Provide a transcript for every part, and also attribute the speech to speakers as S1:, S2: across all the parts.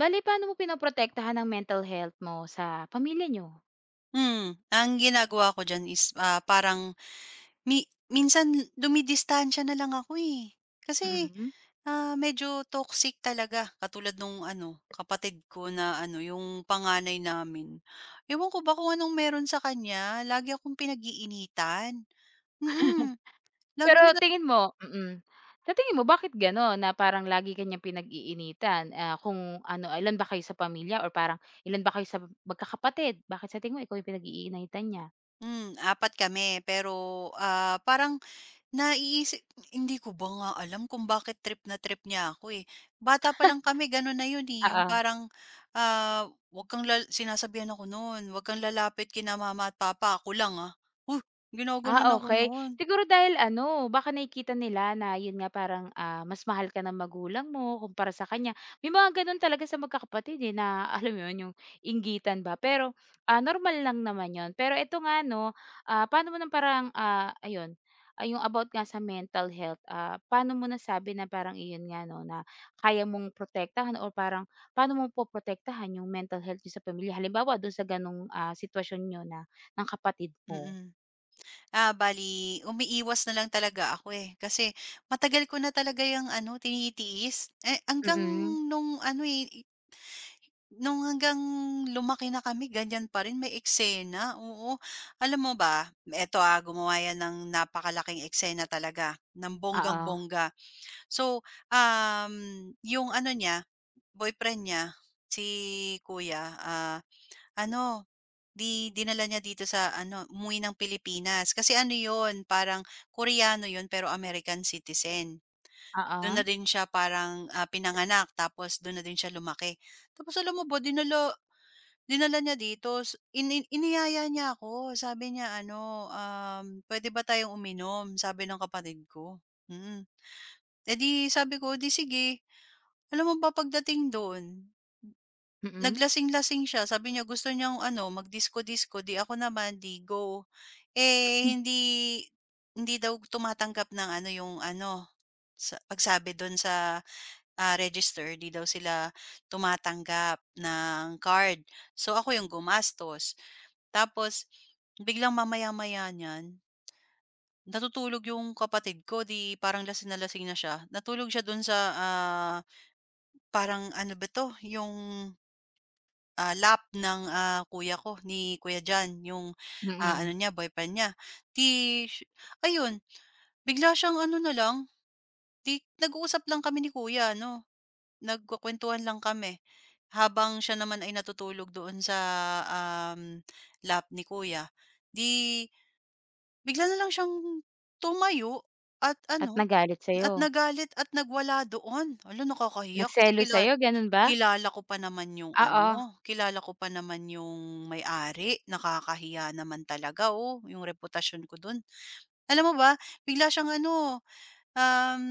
S1: Bale, paano mo pinoprotektahan ang mental health mo sa pamilya niyo?
S2: Hmm, ang ginagawa ko diyan is, parang mi minsan dumidistansya na lang ako, eh. Kasi,
S1: Mm.
S2: medyo toxic talaga katulad nung ano, kapatid ko na ano, yung panganay namin. Ewan ko ba kung anong meron sa kanya, lagi akong pinag-iinitan. Mm, lagi
S1: Pero
S2: nila
S1: tingin mo mm. Sa tingin mo bakit gano'n na parang lagi ka niyang pinag-iinitan, kung ano, ilan ba kayo sa pamilya or parang ilan ba kayo sa magkakapatid? Bakit sa tingin mo ikaw yung pinag-iinitan niya?
S2: 4 kami, pero, parang, Naiisip hindi ko ba nga alam kung bakit trip na trip niya ako, eh. Bata pa lang kami gano'n na 'yun, eh, yung
S1: Oo.
S2: parang, "Huwag kang lal" sinasabihan ako no'n, "Wag kang lalapit kina Mama at Papa, ako lang, ah." Huh, ginagano'n
S1: Ah,
S2: ako
S1: okay.
S2: no'n,
S1: Siguro dahil ano, baka nakikita nila na yun nga parang, mas mahal ka ng magulang mo kumpara sa kanya. May mga gano'n talaga sa magkakapatid, eh, na alam mo yun, yung inggitan ba. Pero, normal lang naman yun. Pero ito nga 'no, paano mo ng parang, ayun, yung about nga sa mental health, paano mo nasabi na parang iyon nga 'no, na kaya mong protektahan o parang paano mo po protektahan yung mental health niyo sa pamilya? Halimbawa dun sa gano'ng, sitwasyon niyo na ng kapatid mo?
S2: mm. Bali, umiiwas na lang talaga ako, eh, kasi matagal ko na talaga yung ano tinitiis, eh, hanggang
S1: Mm.
S2: nung ano, eh Nung hanggang lumaki na kami, ganyan pa rin may eksena, oo. Alam mo ba, eto, gumawa 'yan ng napakalaking eksena talaga, ng
S1: Oo,
S2: bonggang-bongga. So, um, yung ano niya, boyfriend niya, si kuya, ano, 'di dinala niya dito sa ano, umuwi ng Pilipinas. Kasi ano yon? Parang Koreano yon, pero American citizen.
S1: oo,
S2: Dun na din siya parang, pinanganak, tapos dun na din siya lumaki. Tapos alam mo ba, dinala Dinala niya dito s ini iniyaya niya ako, sabi niya ano, "Pwede ba tayong uminom?" Sabi ng kapatid ko, mm. Eh, di sabi ko, "'Di sige." Alam mo ba pagdating do'n,
S1: mm,
S2: naglasing-lasing siya, sabi niya gusto niyang ano mag-disco-disco, 'di ako naman, 'di go. Eh, hindi Hindi daw tumatanggap ng ano, yung ano, sa pagsabi do'n sa, register, 'di daw sila tumatanggap ng card. So, ako yung gumastos. Tapos biglang mamaya-maya niyan, natutulog yung kapatid ko, 'di parang lasing na siya. Natulog siya dun sa, parang ano ba 'to, yung, lap ng, kuya ko, ni Kuya Jan, yung, ano
S1: mm.
S2: niya, boyfriend niya. 'Di sh Ayun, bigla siyang ano na lang, 'di nag-uusap lang kami ni kuya ano, nagkukuwentuhan lang kami. Habang siya naman ay natutulog doon sa, um, lap ni kuya. 'Di Bigla na lang siyang tumayo at
S1: At
S2: ano,
S1: nagalit sa'yo,
S2: at nagalit at nagwala doon. Hala, nakakahiya kasi
S1: nagselos sa'yo gano'n ba?
S2: kilala ko pa naman yung
S1: Oo,
S2: ano, kilala ko pa naman yung may-ari. Nakakahiya naman talaga, oh, yung reputasyon ko do'n. Alam mo ba, bigla siyang ano, um,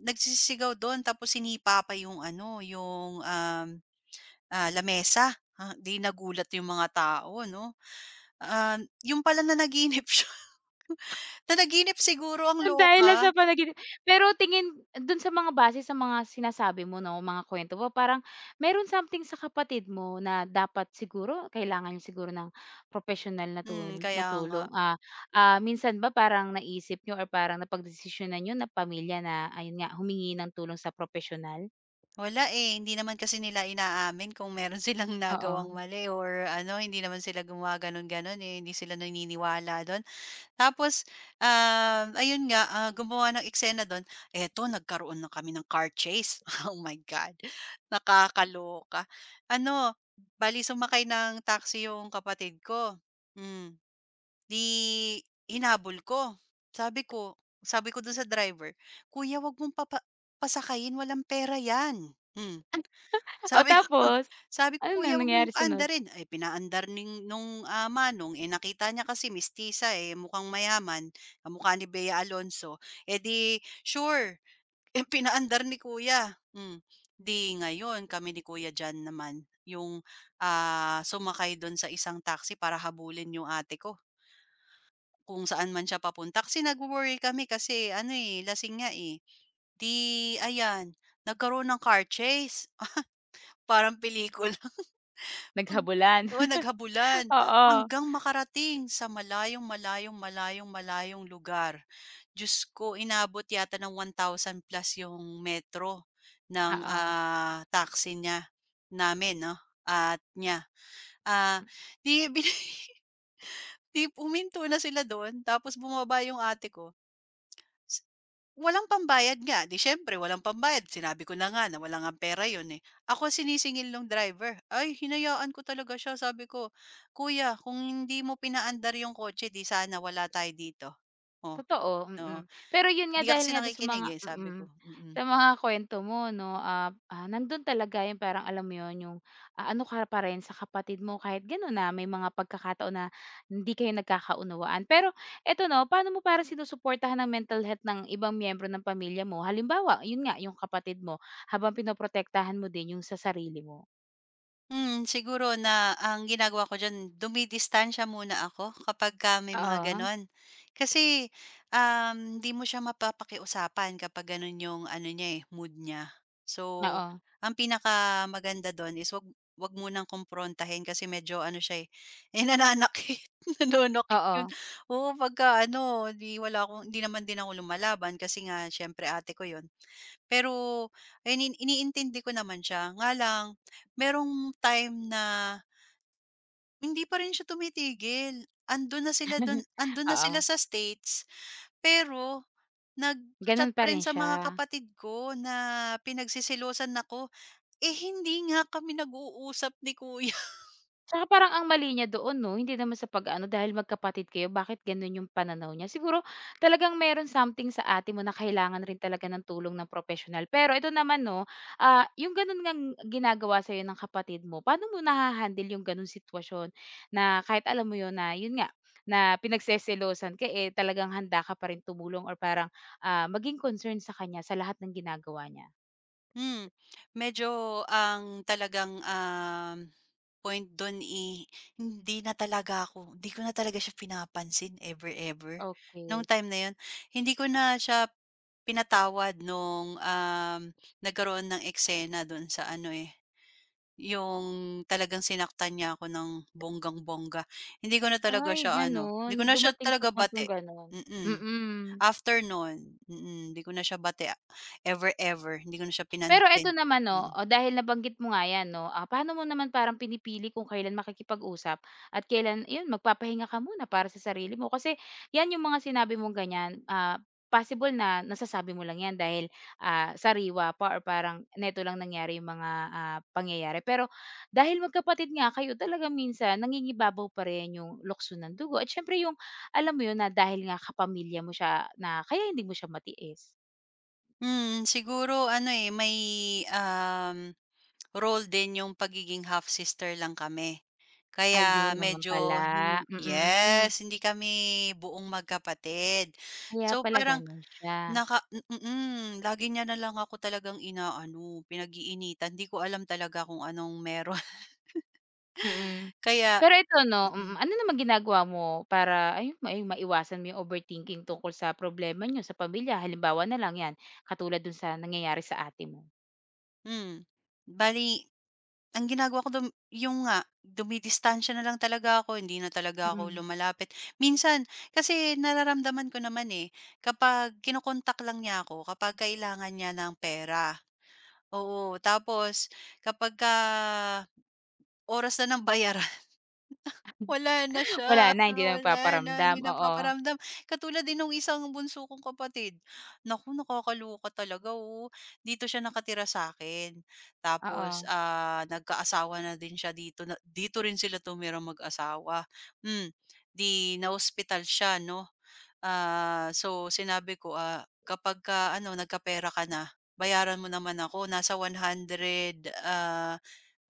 S2: nagsisigaw doon, tapos sinipa pa yung ano, yung, lamesa. Ah, 'di nagulat yung mga tao 'no. Yun pala na naginip siya, na naginip siguro ang
S1: dahil lang
S2: loka.
S1: sa panaginip. Pero tingin do'n sa mga base sa mga sinasabi mo 'no, mga kuwento mo parang mayro'n something sa kapatid mo na dapat siguro kailangan niya siguro ng propesyonal na
S2: Hmm,
S1: na
S2: kaya nga.
S1: tulong, minsan ba parang naisip niyo or parang napagdesisyonan niyo na pamilya na ayun nga humingi ng tulong sa propesyonal?
S2: Wala, eh, hindi naman kasi nila inaamin kung meron silang nagawang
S1: Oo.
S2: mali or ano, hindi naman sila gumawa gumaganon-ganon, eh, hindi sila naniniwala do'n. Tapos, ayun nga, gumawa ng eksena do'n, eto nagkaroon na kami ng car chase. Oh my God, nakakaloka. Ano, bale sumakay ng taxi yung kapatid ko, hmm. 'Di hinabol ko. Sabi ko Sabi ko dun sa driver, "Kuya, wag mong pasakayin, walang pera 'yan." Hmm,
S1: O
S2: sabi ko
S1: tapos?
S2: sabi ko,
S1: Ano nang
S2: "Kuya, wag mong
S1: nangyari sunod?
S2: paandarin." Ay pinaandar ning nung, manong, eh, nakita niya kasi mestiza, eh, mukhang mayaman, kamukha ni Bea Alonso, eh, 'di sure, eh, pinaandar ni kuya. Hmm, 'di ngayon kami ni Kuya Jan naman yung, sumakay dun sa isang taxi para habulin yung ate ko. Kung saan man siya papunta, kasi nagwo-worry kami, kasi ano, eh, lasing nga, eh. 'Di ayan, nagkaroon ng car chase, parang pelikula. Pag
S1: Naghabulan,
S2: Oo, naghabulan
S1: oo,
S2: hanggang makarating sa malayong, malayong, malayong, malayong lugar. Diyos ko, inabot yata ng 1,000 plus yung metro ng,
S1: oo,
S2: taxi niya namin 'no, at niya. Ah, 'Di bini 'Di puminto na sila do'n, tapos bumaba yung ate ko. S Walang pambayad nga, 'di siyempre walang pambayad, sinabi ko na nga na wala ngang pera 'yun, eh. Ako ang sinisingil ng driver, ay hinayaan ko talaga siya, sabi ko, "Kuya, kung hindi mo pinaandar yung kotse, 'di sana wala tayo dito." Oh,
S1: totoo,
S2: oo.
S1: mm. Pero yun nga
S2: "'Di ka
S1: dahil
S2: kasi
S1: nga dun sa
S2: nakikinig,
S1: mga
S2: eh," sabi
S1: mm,
S2: ko, mm. Mm.
S1: sa mga kuwento mo 'no, nandun talaga yung parang alam mo yun, yung, ano ka pa rin sa kapatid mo kahit gano'n na may mga pagkakataon na hindi kayo nagkakaunawaan. Pero eto 'no, paano mo parang sinusuportahan ng mental health ng ibang miyembro ng pamilya mo? Halimbawa, yun nga yung kapatid mo habang pinoprotektahan mo din yung sa sarili mo.
S2: Hmm, siguro na ang ginagawa ko diyan, dumidistansiya muna ako kapagka may mga
S1: Oo,
S2: gano'n. Kasi, di mo siya mapapakiusapan kapag gano'n yung ano niya, eh, mood niya. So,
S1: oo,
S2: ang pinaka maganda do'n is 'wag mo nang kumprontahin, kasi medyo ano siya, eh, nananakit, nanonokit yun.
S1: oo,
S2: Oo, pagka ano, 'di wala akong di naman din ako lumalaban, kasi nga siyempre ate ko yun. Pero ayun, iniintindi ko naman siya, nga lang merong time na hindi pa rin siya tumitigil. Andun na sila
S1: oo,
S2: sa States, pero nagcha-chat
S1: ganun pa
S2: pa rin
S1: rin
S2: sa
S1: siya.
S2: mga kapatid ko na pinagsisilosan ako. Eh, hindi nga kami nag-uusap ni kuya.
S1: Tsaka parang ang mali niya doon 'no, hindi naman sa pag-aano dahil magkapatid kayo bakit gano'n yung pananaw niya. Siguro talagang meron something sa ate mo na kailangan rin talaga ng tulong ng professional. Pero ito naman 'no, yung gano'n ngang ginagawa sa'yo ng kapatid mo, paano mo nahahandle yung gano'ng sitwasyon na kahit alam mo 'yun na 'yun nga, na pinagseselosan ka, eh, talagang handa ka pa rin tumulong or parang, maging concern sa kanya sa lahat ng ginagawa niya?
S2: Hmm, medyo ang talagang, point do'n, hindi na talaga ako, hindi ko na talaga siya pinapansin, ever, ever. Nung
S1: Okey.
S2: time na 'yun, hindi ko na siya pinatawad nung, nagkaroon ng eksena do'n sa ano, eh, yung talagang sinaktan niya ako ng bonggang-bongga. Hindi ko na talaga
S1: Ay
S2: siya ano, hindi
S1: gano'n,
S2: ko na siya
S1: dumating sa
S2: talaga bati,
S1: puntong gano'n.
S2: mm.
S1: Mm.
S2: After no'n, mm, 'di ko na siya batea, ever, ever, hindi ko na siya
S1: Pero eto
S2: pinansin,
S1: naman 'no,
S2: mm.
S1: oh, dahil nabanggit mo nga 'yan 'no, paano mo naman parang pinipili kung kailan makikipag-usap at kailan iyon magpapahinga ka muna para sa sarili mo? Kasi 'yan yung mga sinabi mong ganyan, possible na nasasabi mo lang 'yan dahil, sariwa pa or parang neto lang nangyari yung mga, pangyayari. Pero dahil magkapatid nga kayo talagang minsan nangingibabaw pa rin yung lukso ng dugo at siyempre yung alam mo yun na dahil nga kapamilya mo siya na kaya hindi mo siya matiis.
S2: Mm, siguro ano, eh, may, um, role din yung pagiging half sister lang kami.
S1: Ayun
S2: Kaya
S1: naman
S2: medyo
S1: pala, mm.
S2: yes, hindi kami buong magkapatid.
S1: Kaya
S2: So,
S1: pala
S2: parang
S1: gano'n siya.
S2: naka mm, mm, mm, lagi niya na lang ako talagang inaano, pinag-iinitan, 'di ko alam talaga kung anong meron
S1: Mm.
S2: kaya
S1: Pero ito 'no, mm,
S2: mm.
S1: ano namang ginagawa mo para ayun ay maiwasan mo yung overthinking tungkol sa problema niyo sa pamilya? Halimbawa na lang 'yan, katulad dun sa nangyayari sa ate mo.
S2: Hmm. bali ang ginagawa ko yung nga, dumidistansiya na lang talaga ako, hindi na talaga ako
S1: Mm.
S2: lumalapit. Minsan kasi nararamdaman ko naman, eh, kapag lang niya ako kapag kailangan niya ng pera, oo. Tapos kapagka oras na ng bayaran, wala na
S1: Wala
S2: siya,
S1: na, hindi
S2: ah,
S1: na
S2: wala na,
S1: nagpaparamdam,
S2: hindi na
S1: oo,
S2: paparamdam. Katulad din nung isang bunso kong kapatid, naku nakakaloka talaga, oh. Dito siya nakatira sa akin, tapos,
S1: oo,
S2: nagkaasawa na din siya, dito na dito rin sila tumirang mag-asawa. Hmm, 'di na hospital siya 'no, so sinabi ko, "Kapagka ano nagkapera ka na, bayaran mo naman ako, nasa one hundred ah,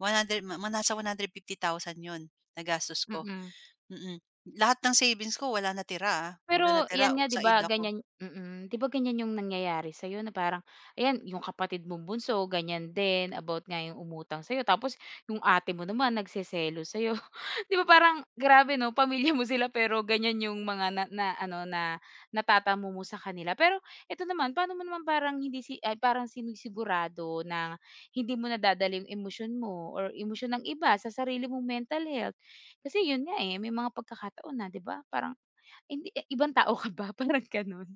S2: 100 ma ma- nasa 150,000 'yun, nagastos ko."
S1: mm.
S2: Mm. Lahat ng savings ko wala natira, ah, wala
S1: Pero
S2: natira
S1: 'yan nga 'di
S2: sa
S1: ba
S2: ida ko.
S1: ganyan mm, 'di ba ganyan yung nangyayari sa'yo na parang ayan yung kapatid mong bunso ganyan din about nga yung umutang sa'yo tapos yung ate mo naman nagseselos sa'yo. 'Di ba parang grabe 'no, pamilya mo sila pero ganyan yung mga na na ano na natatamo mo sa kanila. Pero ito naman, paano mo naman parang hindi si ay parang sinisigurado na hindi mo nadadala yung emosyon mo or emosyon ng iba sa sarili mong mental health? Kasi yun nga, eh, may mga pagkakataon na 'di ba parang ibang tao ka ba parang gano'n,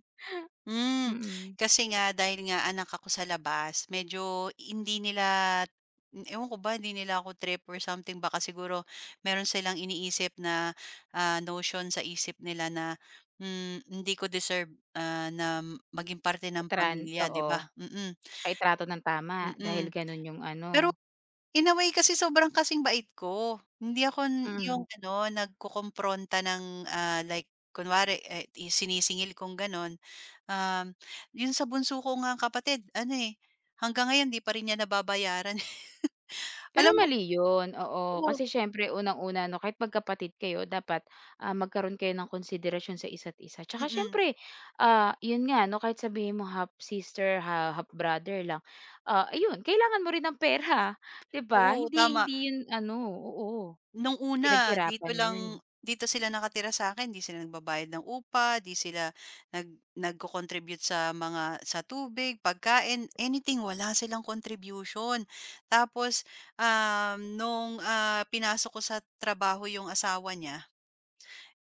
S2: Hmm,
S1: mm.
S2: kasi nga dahil nga anak ako sa labas, medyo hindi nila ewan ko ba, hindi nila ako trip or something, baka siguro meron silang iniisip na, notion sa isip nila na, hmm, hindi ko deserve, na maging parte ng
S1: Itran
S2: pamilya, 'di
S1: Oo,
S2: ba? Mm.
S1: tsaka itrato ng tama
S2: mm. mm.
S1: dahil gano'n yung ano,
S2: Pero, in a way kasi sobrang kasing bait ko. Hindi ako yung
S1: mm.
S2: ano, nagkokompronta ng, like kunwari, eh, sinisingil kong gano'n. Um, yun sa bunso ko ngang kapatid ano, eh, hanggang ngayon 'di pa rin niya nababayaran.
S1: Pero
S2: Alam mo,
S1: mali yun, oo,
S2: oo,
S1: kasi siyempre unang-una 'no kahit magkapatid kayo dapat, magkaroon kayo ng konsiderasyon sa isa't isa tsaka
S2: mm.
S1: siyempre, yun nga 'no kahit sabihin mo half sister, half brother lang, ayun kailangan mo rin ng pera. 'Di ba?
S2: Oo,
S1: Hindi
S2: tama.
S1: hindi yun ano, oo,
S2: Nung una,
S1: pinaghirapan mo yun, eh,
S2: dito sila nakatira sa akin, 'di sila nagbabayad ng upa, 'di sila nag nagko-contribute sa mga sa tubig, pagkain, anything, wala silang contribution. Tapos, nung, pinasok ko sa trabaho yung asawa niya,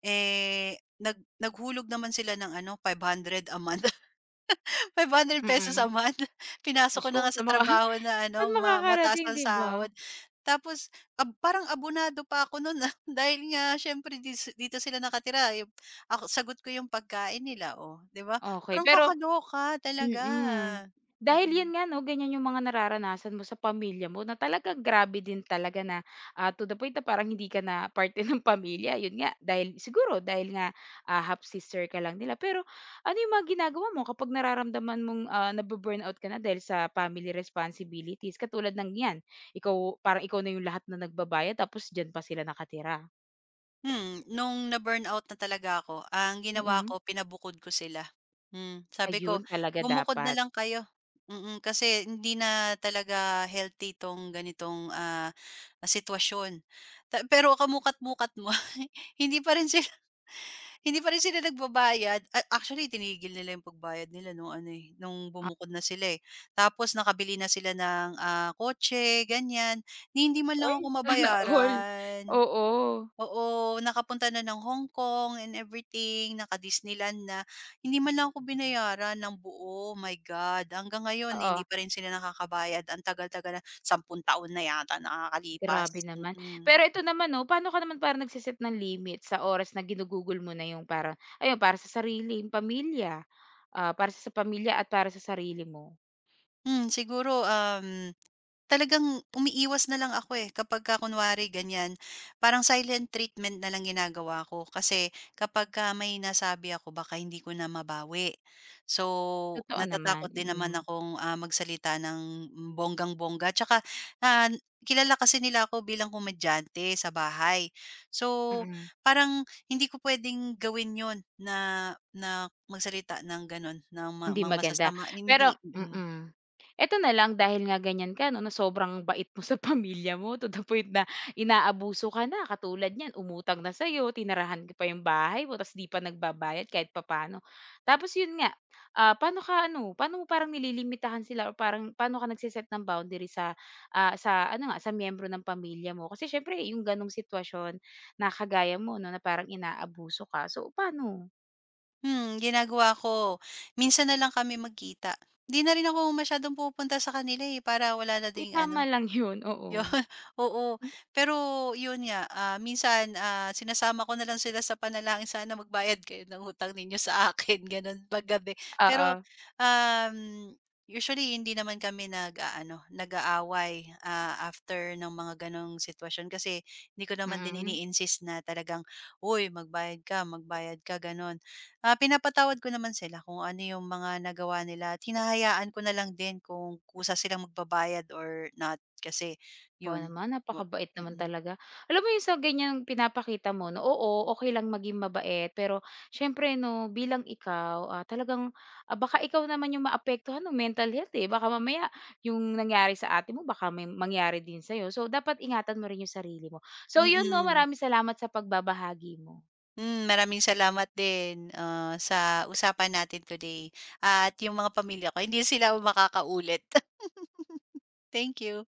S2: eh, naghulog naman sila ng ano, five hundred pesos a
S1: mm.
S2: month.
S1: Diyos
S2: Pinasok ko
S1: ko
S2: na nga sa
S1: saan maka
S2: trabaho na
S1: saan
S2: ano mataas
S1: makakarating
S2: ang
S1: 'di ba?
S2: sahod. Tapos parang abonado pa ako nun, dahil nga siyempre dito sila nakatira, eh, ako sagot ko yung pagkain nila, oh, 'di ba?
S1: Okey,
S2: Parang
S1: pero
S2: kakaloka talaga.
S1: mm.
S2: Mm.
S1: Dahil 'yun
S2: Mm.
S1: nga 'no, ganiyan yung mga nararanasan mo sa pamilya mo na talagang grabe din talaga na, to the point na parang hindi ka na parte ng pamilya, 'yun nga dahil siguro dahil nga, half sister ka lang nila. Pero ano yung mga ginagawa mo kapag nararamdaman mong, nabu-burnout ka na dahil sa family responsibilities katulad ng 'yan, ikaw parang ikaw na yung lahat na nagbabayad tapos diyan pa sila nakatira?
S2: Hmm, nung na-burnout na talaga ako, ang ginawa
S1: Mm.
S2: ko pinabukod ko sila. Hmm, sabi ko,
S1: Ayun talaga
S2: "Bumukod na
S1: dapat.
S2: lang kayo." Mm, kasi hindi na talaga healthy 'tong ganitong, sitwasyon. Ta pero kamuka't-mukat mo, hindi pa rin si hindi pa rin sila nagbabayad. Actually, tinigil nila yung pagbayad nila nung ano, eh, nung bumukod na sila, eh. Tapos nakabili na sila ng, kotse ganyan, ni hindi man lang ako
S1: Ay, sana all.
S2: mabayaran.
S1: Oo.
S2: Oo, nakapunta na ng Hong Kong and everything, naka-Disneyland na, hindi man lang ako binayaran ng buo, my God. Hanggang ngayon hindi
S1: Oo.
S2: pa rin sila nakakabayad, ang tagal-tagal na, 10 taon na yata
S1: Grabe
S2: nakakalipas,
S1: naman.
S2: mm.
S1: Pero ito naman 'no, paano ka naman parang nagse-set ng limit sa oras na ginugugol mo na yung parang ayun, para sa sarili, yung pamilya, para sa pamilya at para sa sarili mo?
S2: Hmm, siguro, talagang umiiwas na lang ako, eh, kapagka kunwari ganyan. Parang silent treatment na lang ginagawa ko, kasi kapagka may nasabi ako baka hindi ko na mabawi. So,
S1: Totoo naman,
S2: natatakot din naman
S1: mm.
S2: akong, magsalita ng bonggang-bongga, tsaka, ah, kilala kasi nila ako bilang komedyante sa bahay. So,
S1: Mm.
S2: parang hindi ko puwedeng gawin yon na na magsalita ng gano'n ng
S1: Hindi
S2: mga
S1: maganda.
S2: masasama, hindi
S1: Pero
S2: mm.
S1: mm. Eto na lang dahil nga ganyan ka 'no, na sobrang bait mo sa pamilya mo to the point na inaabuso ka na, katulad niyan umutang na sa'yo, tinirahan ka pa yung bahay mo ta's 'di pa nagbabayad kahit papaano. Tapos yun nga, paano ka ano, paano mo parang nililimitahan sila or parang paano ka nagse-set ng boundary sa, sa ano nga, sa miyembro ng pamilya mo? Kasi siyempre yung ganong sitwasyon na kagaya mo 'no, na parang inaabuso ka. So paano?
S2: Hmm, ginagawa ko, minsan na lang kami magkita. Di na rin ako masyadong pumupunta sa kanila, eh, para wala na ding
S1: Itama
S2: ano,
S1: lang yun, oo.
S2: yun, oo.
S1: Hmm,
S2: Pero yun nga, minsan, sinasama ko na lang sila sa panalangin, "Sana magbayad kayo ng utang ninyo sa akin." Gano'n 'pag. Pero,
S1: oo.
S2: um, usually hindi naman kami ano nag-aaway, after ng mga gano'ng sitwasyon, kasi hindi ko naman din
S1: Mm.
S2: ini-insist na talagang, "Uy, magbayad ka, magbayad ka." Gano'n. Ah, pinapatawad ko naman sila kung ano yung mga nagawa nila, at ko na lang din kung kusa silang magbabayad or not, kasi
S1: Aba
S2: yun
S1: naman,
S2: po,
S1: napakabait naman
S2: mm.
S1: talaga. Alam mo yung sa ganyang pinapakita mo 'no, oo, okay lang maging mabait pero siyempre 'no, bilang ikaw, talagang, baka ikaw naman yung maapektuhan ng mental health, eh. Baka mamaya yung nangyari sa ate mo baka may mangyari din sa'yo. So, dapat ingatan mo rin yung sarili mo. So, yun 'no,
S2: Mm.
S1: maraming salamat sa pagbabahagi mo.
S2: Hmm, maraming salamat din, sa usapan natin today, at yung mga pamilya ko hindi sila makakaulit. Thank you.